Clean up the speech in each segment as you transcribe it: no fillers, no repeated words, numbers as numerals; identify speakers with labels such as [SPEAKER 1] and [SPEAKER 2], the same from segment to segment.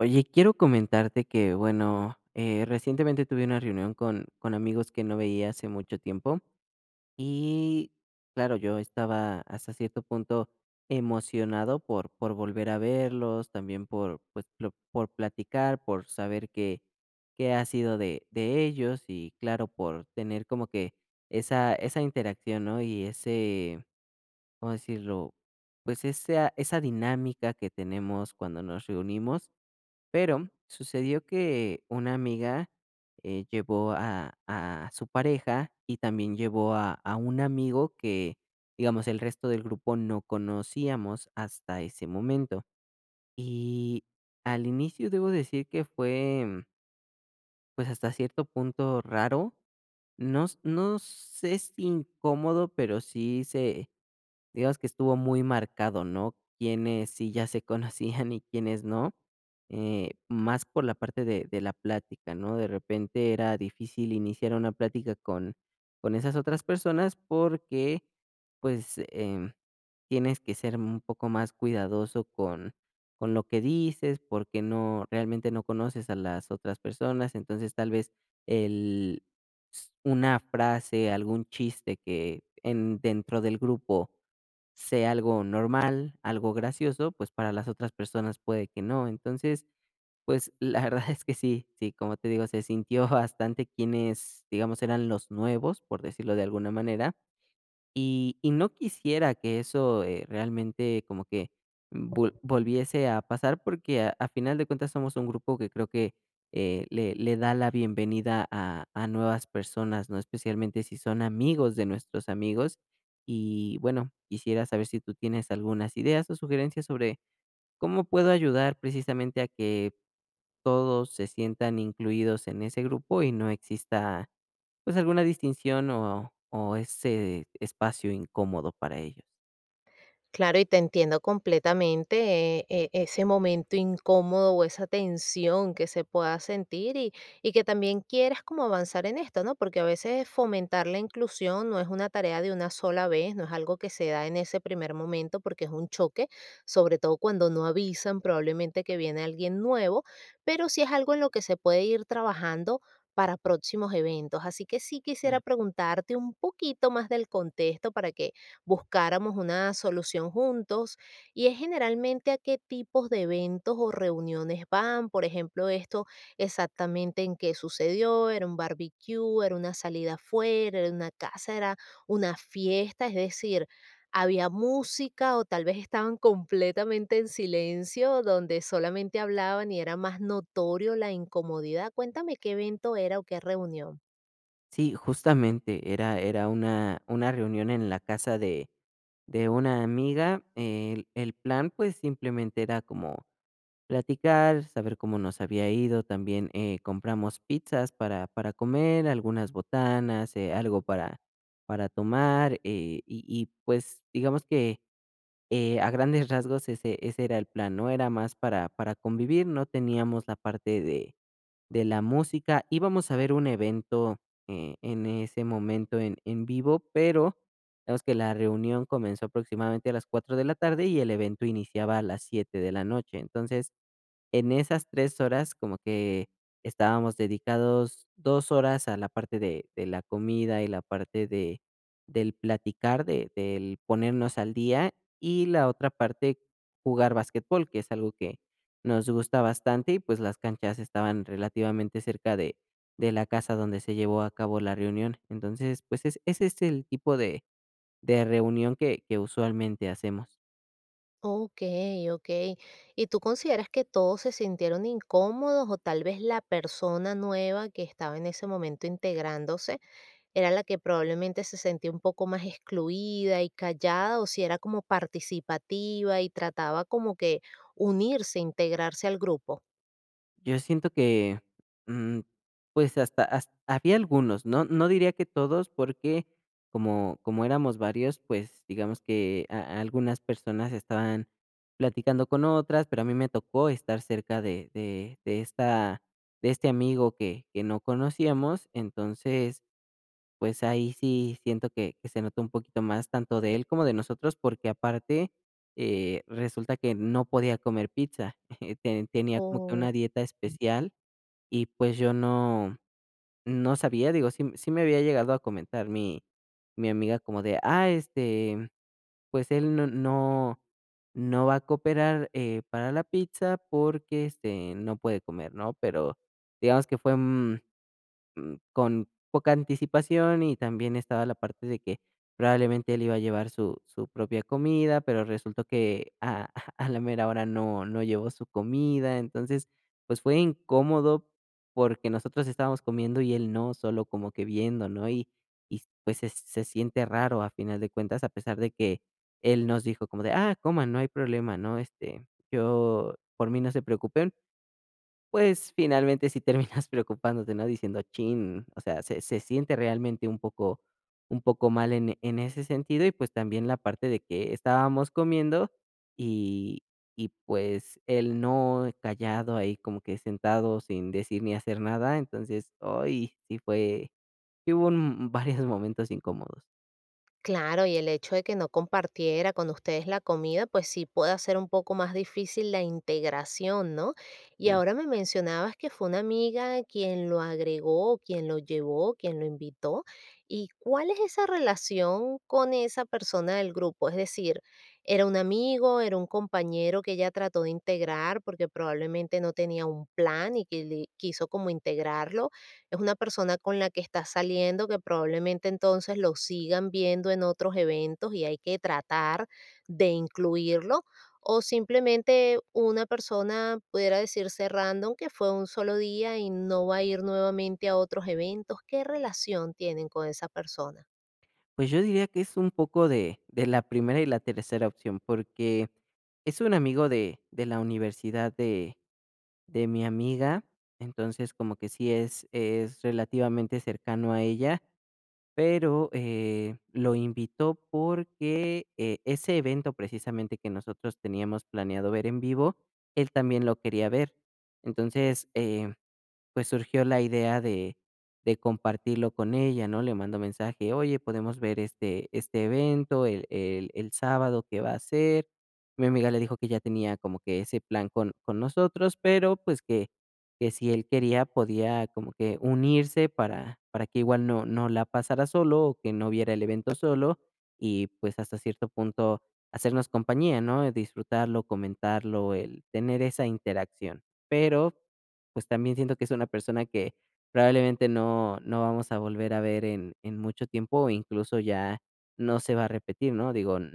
[SPEAKER 1] Oye, quiero comentarte que, recientemente tuve una reunión con amigos que no veía hace mucho tiempo y, claro, yo estaba hasta cierto punto emocionado por volver a verlos, también por, pues, por platicar, por saber qué ha sido de ellos y, claro, por tener como que esa interacción, ¿no? Y ese, ¿cómo decirlo? Pues esa dinámica que tenemos cuando nos reunimos, pero sucedió que una amiga llevó a su pareja y también llevó a un amigo que, digamos, el resto del grupo no conocíamos hasta ese momento. Y al inicio debo decir que fue, pues, hasta cierto punto raro. No sé si incómodo, pero sí se… Digamos que estuvo muy marcado, ¿no? Quienes sí ya se conocían y quienes no, más por la parte de la plática, ¿no? De repente era difícil iniciar una plática con esas otras personas porque, pues, tienes que ser un poco más cuidadoso con lo que dices, porque no, realmente no conoces a las otras personas, entonces tal vez el, una frase, algún chiste dentro del grupo sea algo normal, algo gracioso, pues para las otras personas puede que no. Entonces, pues la verdad es que sí, como te digo, se sintió bastante quienes, digamos, eran los nuevos, por decirlo de alguna manera, y no quisiera que eso, realmente como que volviese a pasar, porque a final de cuentas somos un grupo que creo que, le da la bienvenida a nuevas personas, ¿no? Especialmente si son amigos de nuestros amigos. Y bueno, quisiera saber si tú tienes algunas ideas o sugerencias sobre cómo puedo ayudar precisamente a que todos se sientan incluidos en ese grupo y no exista, pues, alguna distinción o ese espacio incómodo para ellos.
[SPEAKER 2] Claro, y te entiendo completamente, ese momento incómodo o esa tensión que se pueda sentir y que también quieras como avanzar en esto, ¿no? Porque a veces fomentar la inclusión no es una tarea de una sola vez, no es algo que se da en ese primer momento porque es un choque, sobre todo cuando no avisan probablemente que viene alguien nuevo, pero sí es algo en lo que se puede ir trabajando para próximos eventos. Así que sí
[SPEAKER 1] Ah.
[SPEAKER 2] quisiera preguntarte un poquito más del contexto para que buscáramos una solución juntos. Y es, generalmente, ¿a qué tipos de eventos o reuniones van? Por ejemplo, esto exactamente en qué sucedió, ¿era un barbecue, era una salida afuera, era una casa, era una fiesta? Es decir, ¿había música o tal vez estaban completamente en silencio, donde solamente hablaban y era más notorio la incomodidad? Cuéntame qué evento era o qué reunión.
[SPEAKER 1] Sí, justamente era una reunión en la casa de una amiga. El plan, pues, simplemente era como platicar, saber cómo nos había ido. También, compramos pizzas para comer, algunas botanas, algo para tomar, pues, digamos que… A grandes rasgos ese era el plan, ¿no? Era más para convivir, no teníamos la parte de la música. Íbamos a ver un evento, en ese momento en vivo, pero digamos que la reunión comenzó aproximadamente a las 4 de la tarde y el evento iniciaba a las 7 de la noche. Entonces, en esas 3 horas, como que estábamos dedicados 2 horas a la parte de la comida y la parte de del platicar, de del ponernos al día, y la otra parte, jugar basquetbol, que es algo que nos gusta bastante, y pues, las canchas estaban relativamente cerca de la casa donde se llevó a cabo la reunión. Entonces, pues, es ese es el tipo de reunión que usualmente hacemos.
[SPEAKER 2] Okey, okey. ¿Y tú consideras que todos se sintieron incómodos, o tal vez la persona nueva que estaba en ese momento integrándose era la que probablemente se sentía un poco más excluida y callada, o si era como participativa y trataba como que unirse, integrarse al grupo?
[SPEAKER 1] Yo siento que, mm, pues, hasta has había algunos, no diría que todos, porque como éramos varios, pues, digamos que a algunas personas estaban platicando con otras, pero a mí me tocó estar cerca de esta, de este amigo que no conocíamos. Entonces, pues ahí sí siento que se notó un poquito más tanto de él como de nosotros, porque aparte, resulta que no podía comer pizza, te tenía como que una dieta especial y, pues, yo no no sabía, digo, sí, me había llegado a comentar mi amiga como de: "Ah, este, pues él no, no va a cooperar, para la pizza porque, este, no puede comer", ¿no? Pero digamos que fue, con poca anticipación, y también estaba la parte de que probablemente él iba a llevar su, su propia comida, pero resultó a la mera hora no, no llevó su comida, entonces pues fue incómodo porque nosotros estábamos comiendo y él no, solo como que viendo, ¿no? Y pues se siente raro a final de cuentas, a pesar de que él nos dijo como de: "Ah, coman, no hay problema, ¿no? Este, yo, por mí no se preocupen". Pues, finalmente sí terminas preocupándote, ¿no? Diciendo: "Chin". O sea, se siente realmente un poco mal en ese sentido, y, pues, también la parte de que estábamos comiendo y pues, él no, callado ahí, como que sentado, sin decir ni hacer nada. Entonces, hoy sí fue sí hubo un varios momentos incómodos,
[SPEAKER 2] Claro, y el hecho de que no compartiera con ustedes la comida, pues sí puede hacer un poco más difícil la integración, ¿no? Y
[SPEAKER 1] sí.
[SPEAKER 2] ahora me mencionabas que fue una amiga quien lo agregó, quien lo llevó, quien lo invitó. ¿Y cuál es esa relación con esa persona del grupo? Es decir, ¿era un amigo, era un compañero que ella trató de integrar porque probablemente no tenía un plan y que le- quiso como integrarlo? ¿Es una persona con la que está saliendo, que probablemente entonces lo sigan viendo en otros eventos y hay que tratar de incluirlo? O simplemente una persona, pudiera decirse random, que fue un solo día y no va a ir nuevamente a otros eventos. ¿Qué relación tienen con esa persona?
[SPEAKER 1] Pues, yo diría que es un poco de la primera y la tercera opción, porque es un amigo de la universidad de mi amiga, entonces como que sí es relativamente cercano a ella, pero, lo invitó porque, ese evento precisamente que nosotros teníamos planeado ver en vivo, él también lo quería ver. Entonces, pues surgió la idea de compartirlo con ella, ¿no? Le mando mensaje: "Oye, podemos ver este evento el sábado que va a ser". Mi amiga le dijo que ya tenía como que ese plan con nosotros, pero, pues, que si él quería, podía como que unirse para que igual no la pasara solo, o que no viera el evento solo, y, pues, hasta cierto punto, hacernos compañía, ¿no? Disfrutarlo, comentarlo, el tener esa interacción. Pero pues, también siento que es una persona que probablemente no vamos a volver a ver en mucho tiempo, o incluso ya no se va a repetir, ¿no? Digo, n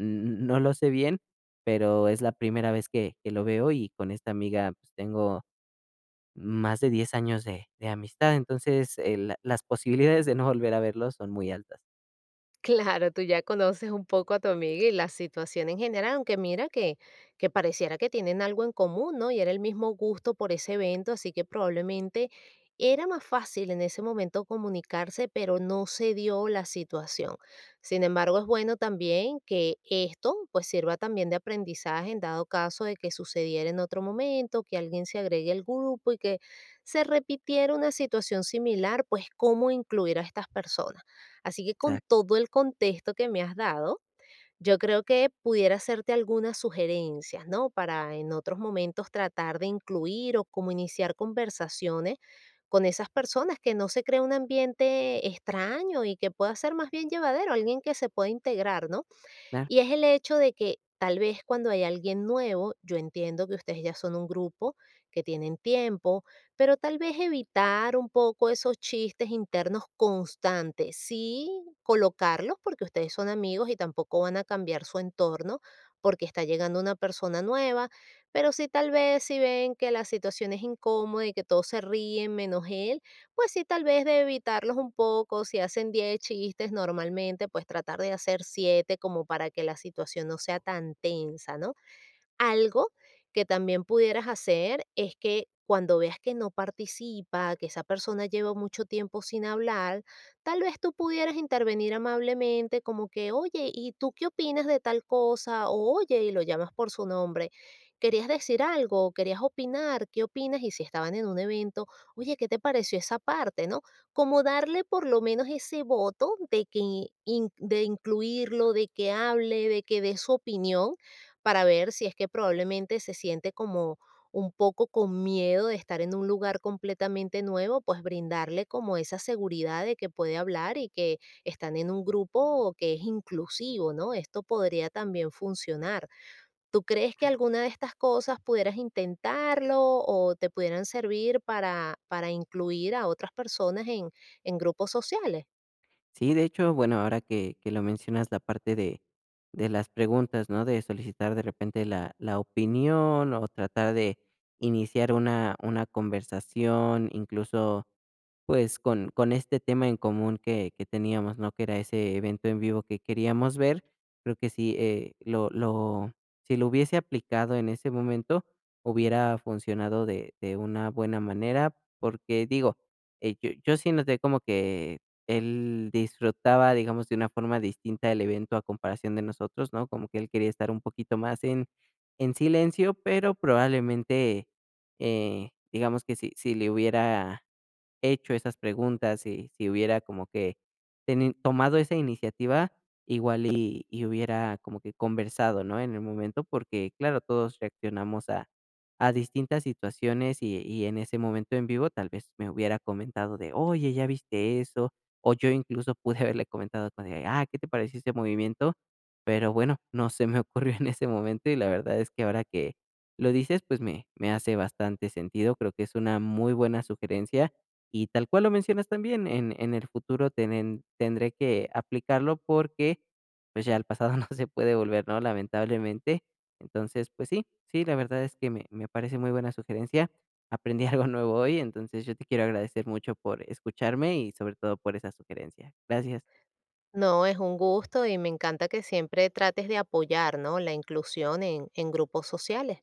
[SPEAKER 1] No lo sé bien, pero es la primera vez que lo veo, y con esta amiga, pues, tengo más de 10 años de amistad. Entonces, la las posibilidades de no volver a verlo son muy altas.
[SPEAKER 2] Claro, tú ya conoces un poco a tu amiga y la situación en general, aunque mira que pareciera que tienen algo en común, ¿no? Y era el mismo gusto por ese evento, así que probablemente era más fácil en ese momento comunicarse, pero no se dio la situación. Sin embargo, es bueno también que esto pues sirva también de aprendizaje en dado caso de que sucediera en otro momento, que alguien se agregue al grupo y que se repitiera una situación similar, pues cómo incluir a estas personas. Así que con
[SPEAKER 1] Exacto.
[SPEAKER 2] todo el contexto que me has dado, yo creo que pudiera hacerte algunas sugerencias, ¿no? Para en otros momentos tratar de incluir o como iniciar conversaciones con esas personas, que no se crea un ambiente extraño y que pueda ser más bien llevadero, alguien que se pueda integrar, ¿no? Y es el hecho de que tal vez cuando hay alguien nuevo, yo entiendo que ustedes ya son un grupo, que tienen tiempo, pero tal vez evitar un poco esos chistes internos constantes, sí colocarlos porque ustedes son amigos y tampoco van a cambiar su entorno porque está llegando una persona nueva, pero sí tal vez si ven que la situación es incómoda y que todos se ríen menos él, pues sí, tal vez de evitarlos un poco; si hacen 10 chistes normalmente, pues tratar de hacer 7 como para que la situación no sea tan tensa, ¿no? Algo que también pudieras hacer es que cuando veas que no participa, que esa persona lleva mucho tiempo sin hablar, tal vez tú pudieras intervenir amablemente como que, oye, ¿y tú qué opinas de tal cosa? O oye, y lo llamas por su nombre. ¿Querías decir algo? ¿Querías opinar? ¿Qué opinas? Y si estaban en un evento, oye, ¿qué te pareció esa parte? ¿No? Como darle por lo menos ese voto de que, de incluirlo, de que hable, de que dé su opinión para ver si es que probablemente se siente como un poco con miedo de estar en un lugar completamente nuevo, pues brindarle como esa seguridad de que puede hablar y que están en un grupo que es inclusivo, ¿no? Esto podría también funcionar. ¿Tú crees que alguna de estas cosas pudieras intentarlo o te pudieran servir para incluir a otras personas en grupos sociales?
[SPEAKER 1] Sí, de hecho, bueno, ahora que lo mencionas, la parte de las preguntas, ¿no? De solicitar de repente la, la opinión o tratar de iniciar una conversación, incluso pues con este tema en común que teníamos, ¿no? Que era ese evento en vivo que queríamos ver. Creo que sí, si lo hubiese aplicado en ese momento, hubiera funcionado de una buena manera, porque digo, yo sí noté como que él disfrutaba, digamos, de una forma distinta el evento a comparación de nosotros, ¿no? Como que él quería estar un poquito más en silencio, pero probablemente, digamos que si le hubiera hecho esas preguntas, y si hubiera como que teni tomado esa iniciativa, igual y hubiera como que conversado, ¿no?, en el momento, porque, claro, todos reaccionamos a distintas situaciones y en ese momento en vivo tal vez me hubiera comentado de: "Oye, ¿ya viste eso?", o yo incluso pude haberle comentado como de: "Ah, ¿qué te pareció ese movimiento?". Pero bueno, no se me ocurrió en ese momento, y la verdad es que ahora que lo dices, pues me hace bastante sentido. Creo que es una muy buena sugerencia y tal cual lo mencionas también, en el futuro tenen tendré que aplicarlo porque, pues, ya el pasado no se puede volver, ¿no?, lamentablemente. Entonces, pues sí, sí, la verdad es que me parece muy buena sugerencia. Aprendí algo nuevo hoy, entonces yo te quiero agradecer mucho por escucharme y sobre todo por esa sugerencia. Gracias.
[SPEAKER 2] No, es un gusto y me encanta que siempre trates de apoyar, ¿no? La inclusión en grupos sociales.